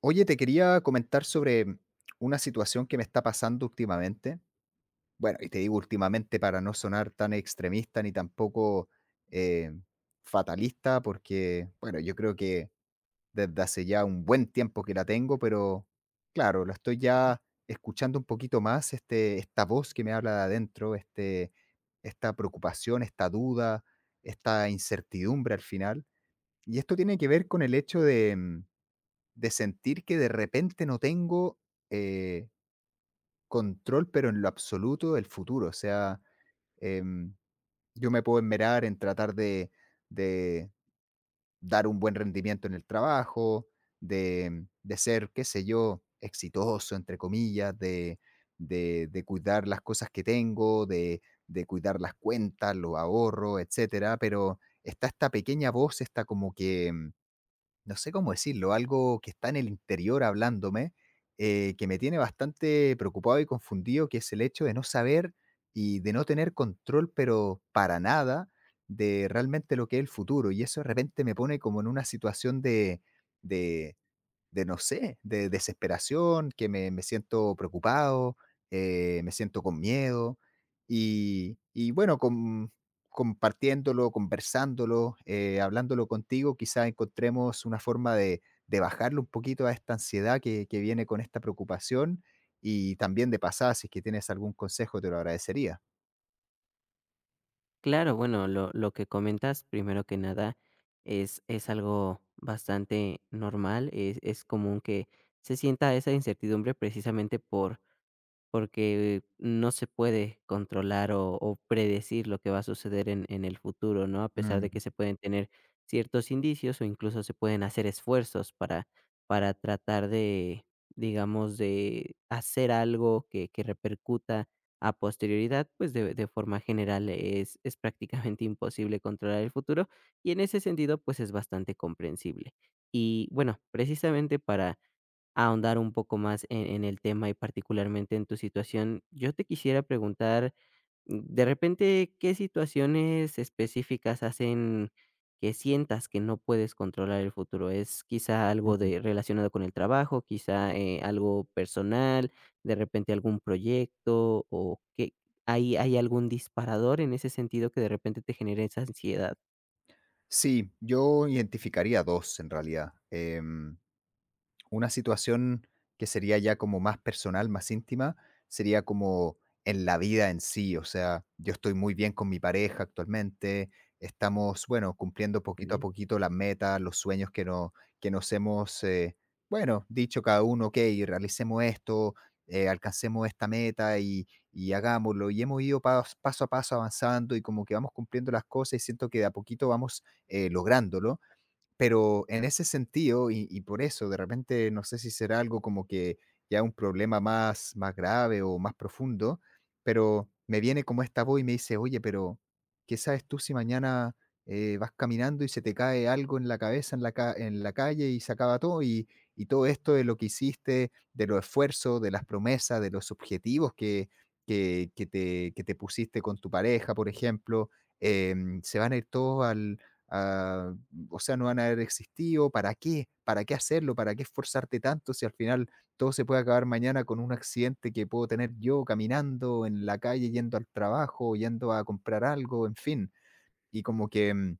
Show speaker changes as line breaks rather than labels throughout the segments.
Oye, te quería comentar sobre una situación que me está pasando últimamente. Bueno, y te digo últimamente para no sonar tan extremista ni tampoco eh, fatalista, porque, bueno, yo creo que desde hace ya un buen tiempo que la tengo, pero claro, lo estoy ya escuchando un poquito más, este, esta voz que me habla de adentro, este, esta preocupación, esta duda, esta incertidumbre al final. Y esto tiene que ver con el hecho de, de sentir que de repente no tengo eh, control, pero en lo absoluto, del futuro. O sea, em, yo me puedo enmerar en tratar de dar un buen rendimiento en el trabajo, de ser, qué sé yo, exitoso, entre comillas, de cuidar las cosas que tengo, de cuidar las cuentas, los ahorros, etcétera, pero está esta pequeña voz, está como que no sé cómo decirlo, algo que está en el interior hablándome, que me tiene bastante preocupado y confundido, que es el hecho de no saber y de no tener control, pero para nada, de realmente lo que es el futuro. Y eso de repente me pone como en una situación de de no sé, de desesperación, que me siento preocupado, me siento con miedo. Y bueno, con, compartiéndolo, conversándolo, hablándolo contigo, quizá encontremos una forma de bajarle un poquito a esta ansiedad que viene con esta preocupación. Y también de pasada, si es que tienes algún consejo, te lo agradecería.
Claro, bueno, lo que comentas, primero que nada, es algo bastante normal, es común que se sienta esa incertidumbre precisamente porque no se puede controlar o predecir lo que va a suceder en el futuro, ¿no? A pesar de
Mm,
que se pueden tener ciertos indicios o incluso se pueden hacer esfuerzos para para tratar de, digamos, de hacer algo que repercuta a posterioridad, pues, de forma general es prácticamente imposible controlar el futuro, y en ese sentido, pues, es bastante comprensible. Y bueno, precisamente para ahondar un poco más en el tema y particularmente en tu situación. Yo te quisiera preguntar, de repente, ¿qué situaciones específicas hacen que sientas que no puedes controlar el futuro? ¿Es quizá algo
ujú.
de, relacionado con el trabajo, quizá algo personal, de repente algún proyecto o que hay algún disparador en ese sentido que de repente te genere esa ansiedad?
Sí, yo identificaría dos en realidad. Una situación que sería ya como más personal, más íntima, sería como en la vida en sí, o sea, yo estoy muy bien con mi pareja actualmente, estamos, bueno, cumpliendo
Qué
poquito a
bien.
poquito las metas, los sueños que, no, que nos hemos, bueno, dicho cada uno, ok, realicemos esto, alcancemos esta meta y hagámoslo. Y hemos ido paso a paso avanzando y como que vamos cumpliendo las cosas y siento que de a poquito vamos lográndolo, pero en ese sentido, y por eso, de repente, no sé si será algo como que ya un problema más, más grave o más profundo, pero me viene como esta voz y me dice, oye, pero ¿qué sabes tú si mañana vas caminando y se te cae algo en la cabeza, en la, en la calle y se acaba todo? Y todo esto de lo que hiciste, de los esfuerzos, de las promesas, de los objetivos que, que te pusiste con tu pareja, por ejemplo, se van a ir todos al... a- o sea, no van a haber existido, ¿para qué? ¿Para qué hacerlo? ¿Para qué esforzarte tanto si al final todo se puede acabar mañana con un accidente que puedo tener yo caminando en la calle, yendo al trabajo, yendo a comprar algo, en fin? Y como que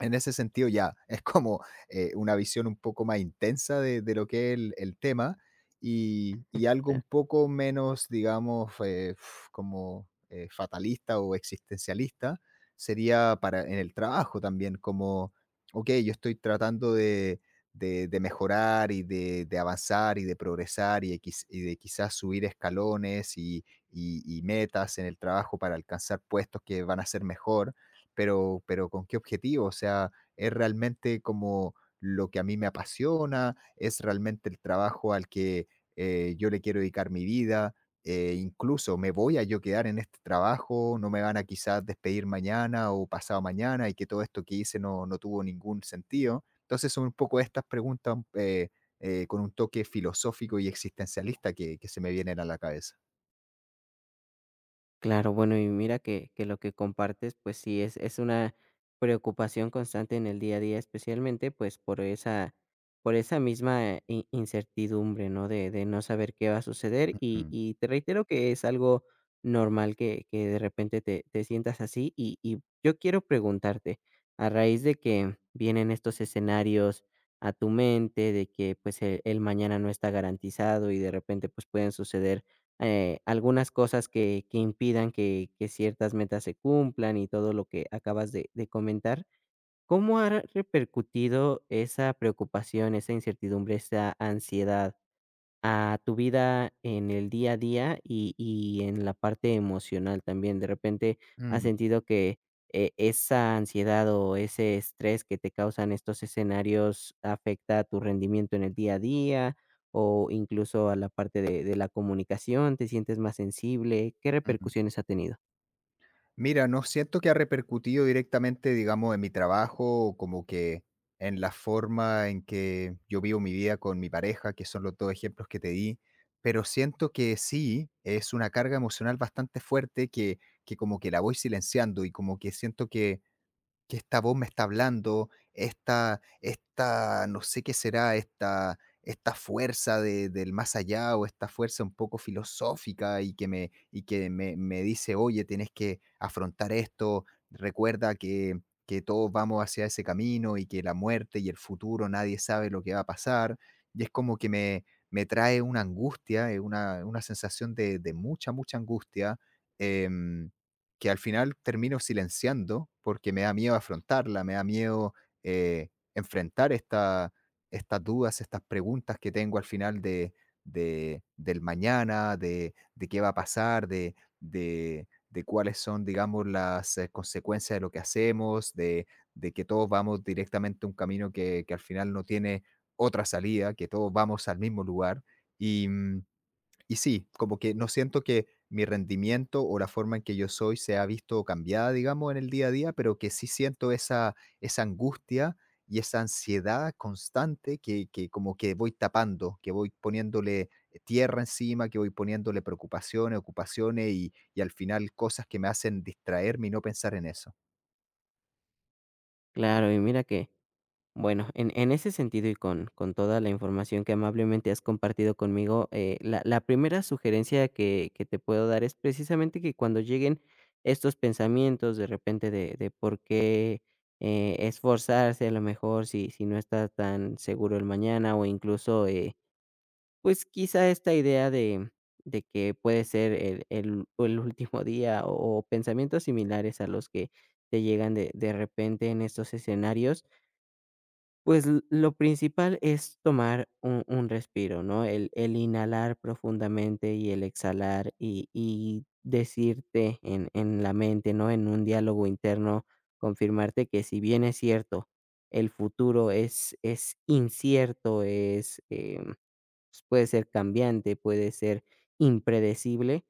en ese sentido ya es como una visión un poco más intensa de lo que es el tema y algo un poco menos, digamos, como fatalista o existencialista sería para en el trabajo también, como, ok, yo estoy tratando de, de mejorar y de avanzar y de progresar y de, y de quizás subir escalones y, y metas en el trabajo para alcanzar puestos que van a ser mejor, pero ¿con qué objetivo? O sea, ¿es realmente como lo que a mí me apasiona? ¿Es realmente el trabajo al que, yo le quiero dedicar mi vida? Incluso, ¿me voy a yo quedar en este trabajo? ¿No me van a quizás despedir mañana o pasado mañana y que todo esto que hice no tuvo ningún sentido? Entonces, son un poco estas preguntas, con un toque filosófico y existencialista que se me vienen a la cabeza.
Claro, bueno, y mira que lo que compartes, pues sí, es una preocupación constante en el día a día, especialmente pues por esa misma incertidumbre, ¿no? De no saber qué va a suceder.
Ujú,
Y te reitero que es algo normal que de repente te sientas así. Y yo quiero preguntarte, a raíz de que vienen estos escenarios a tu mente, de que pues el mañana no está garantizado y de repente pues pueden suceder algunas cosas que impidan que ciertas metas se cumplan y todo lo que acabas de comentar, ¿cómo ha repercutido esa preocupación, esa incertidumbre, esa ansiedad a tu vida en el día a día y en la parte emocional también. De repente, ¿has
mm,
sentido que, esa ansiedad o ese estrés que te causan estos escenarios afecta a tu rendimiento en el día a día o incluso a la parte de la comunicación? ¿Te sientes más sensible? ¿Qué
mm.
repercusiones ha tenido?
Mira, no siento que ha repercutido directamente, digamos, en mi trabajo, o como que en la forma en que yo vivo mi vida con mi pareja, que son los dos ejemplos que te di, pero siento que sí, es una carga emocional bastante fuerte que como que la voy silenciando y como que siento que esta voz me está hablando, no sé qué será, esta fuerza de del más allá, o esta fuerza un poco filosófica y que me y que me dice: "Oye, tienes que afrontar esto, recuerda que todos vamos hacia ese camino y que la muerte y el futuro, nadie sabe lo que va a pasar". Y es como que me me trae una angustia, una sensación de mucha, mucha angustia, em que al final termino silenciando porque me da miedo afrontarla, me da miedo enfrentar esta, estas dudas, estas preguntas que tengo al final de, del mañana, de qué va a pasar, de, de cuáles son, digamos, las consecuencias de lo que hacemos, de que todos vamos directamente a un camino que al final no tiene otra salida, que todos vamos al mismo lugar. Y, y sí, como que no siento que mi rendimiento o la forma en que yo soy se ha visto cambiada, digamos, en el día a día, pero que sí siento esa, esa angustia y esa ansiedad constante que como que voy tapando, que voy poniéndole tierra encima, que voy poniéndole preocupaciones, ocupaciones y al final cosas que me hacen distraerme y no pensar en eso.
Claro, y mira que bueno, en ese sentido y con toda la información que amablemente has compartido conmigo, la primera sugerencia que te puedo dar es precisamente que cuando lleguen estos pensamientos de repente de por qué esforzarse a lo mejor si, si no está tan seguro el mañana o incluso pues quizá esta idea de que puede ser el último día o pensamientos similares a los que te llegan de repente en estos escenarios pues, l lo principal es tomar un respiro, ¿no? El inhalar profundamente y el exhalar, y decirte en la mente, ¿no? En un diálogo interno, confirmarte que si bien es cierto, el futuro es incierto, es, pues, puede ser cambiante, puede ser impredecible.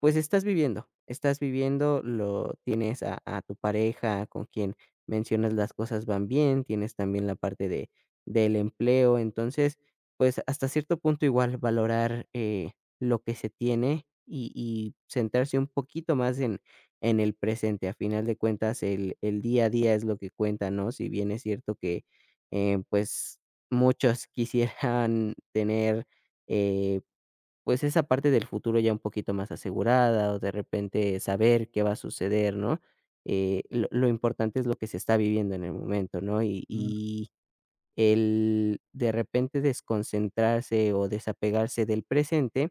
Pues estás viviendo, lo tienes a tu pareja con quien mencionas las cosas van bien, tienes también la parte de del empleo. Entonces, pues, hasta cierto punto igual valorar, lo que se tiene y centrarse un poquito más en el presente. A final de cuentas, el día a día es lo que cuenta, ¿no? Si bien es cierto que, pues, muchos quisieran tener, eh pues, esa parte del futuro ya un poquito más asegurada, o de repente saber qué va a suceder, ¿no? Lo importante es lo que se está viviendo en el momento, ¿no?
Mm,
Y el de repente desconcentrarse o desapegarse del presente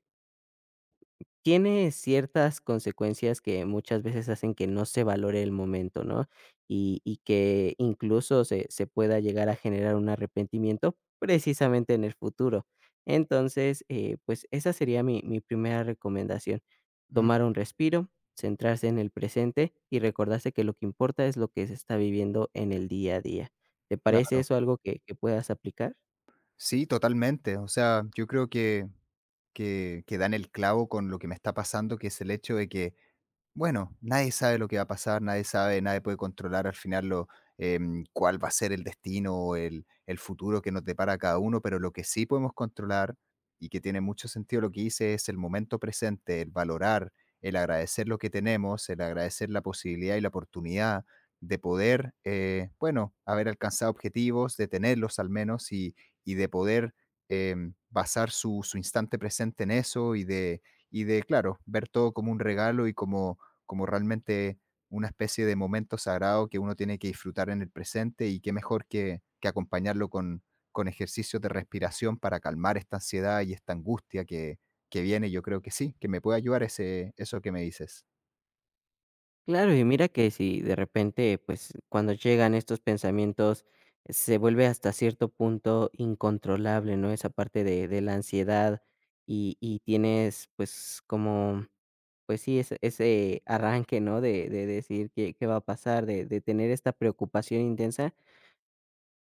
tiene ciertas consecuencias que muchas veces hacen que no se valore el momento, ¿no? Y que incluso se pueda llegar a generar un arrepentimiento precisamente en el futuro. Entonces, pues esa sería mi primera recomendación,
mm,
tomar un respiro, centrarse en el presente y recordarse que lo que importa es lo que se está viviendo en el día a día. ¿Te parece
claro.
eso algo que puedas aplicar?
Sí, totalmente. O sea, yo creo que, que dan el clavo con lo que me está pasando, que es el hecho de que bueno, nadie sabe lo que va a pasar, nadie sabe, nadie puede controlar al final lo, cuál va a ser el destino o el futuro que nos depara a cada uno, pero lo que sí podemos controlar y que tiene mucho sentido lo que hice es el momento presente, el valorar, el agradecer lo que tenemos, el agradecer la posibilidad y la oportunidad de poder, bueno, haber alcanzado objetivos, de tenerlos al menos y de poder basar su, su instante presente en eso y de, claro, ver todo como un regalo y como como realmente una especie de momento sagrado que uno tiene que disfrutar en el presente y qué mejor que acompañarlo con ejercicios de respiración para calmar esta ansiedad y esta angustia que viene. Yo creo que sí, que me puede ayudar ese, eso que me dices.
Claro, y mira que si de repente, pues cuando llegan estos pensamientos, se vuelve hasta cierto punto incontrolable, ¿no? Esa parte de la ansiedad y tienes pues como, pues sí, ese arranque, ¿no? De decir qué, qué va a pasar, de tener esta preocupación intensa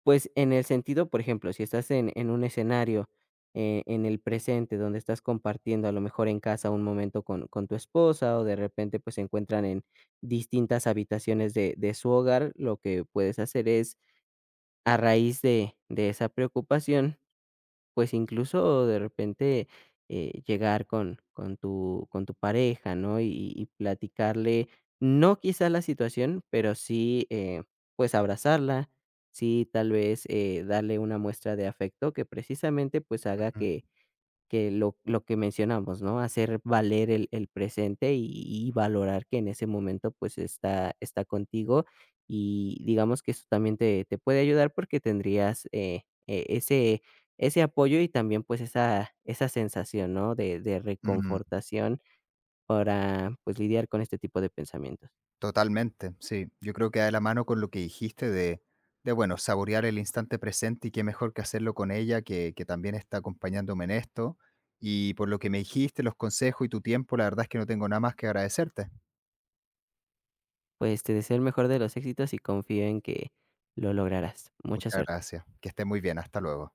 pues, en el sentido, por ejemplo, si estás en un escenario, en el presente, donde estás compartiendo, a lo mejor, en casa un momento con tu esposa, o de repente, pues, se encuentran en distintas habitaciones de su hogar, lo que puedes hacer es, a raíz de esa preocupación pues, incluso de repente, llegar con tu pareja, ¿no? Y platicarle, no quizá la situación, pero sí, pues, abrazarla, sí, tal vez, darle una muestra de afecto que precisamente, pues, haga que
Ujú.
lo que mencionamos, ¿no? Hacer valer el presente y valorar que en ese momento, pues, está contigo, y digamos que eso también te puede ayudar porque tendrías, ese ese apoyo y también, pues, esa sensación, ¿no? De
Mm,
reconfortación para, pues, lidiar con este tipo de pensamientos.
totalmente, sí. Yo creo que da de la mano con lo que dijiste de, bueno, saborear el instante presente y qué mejor que hacerlo con ella, que también está acompañándome en esto. Y por lo que me dijiste, los consejos y tu tiempo, la verdad es que no tengo nada más que agradecerte.
Pues te deseo el mejor de los éxitos y confío en que lo lograrás. Mucha
Muchas
suerte.
gracias. Que esté muy bien. Hasta luego.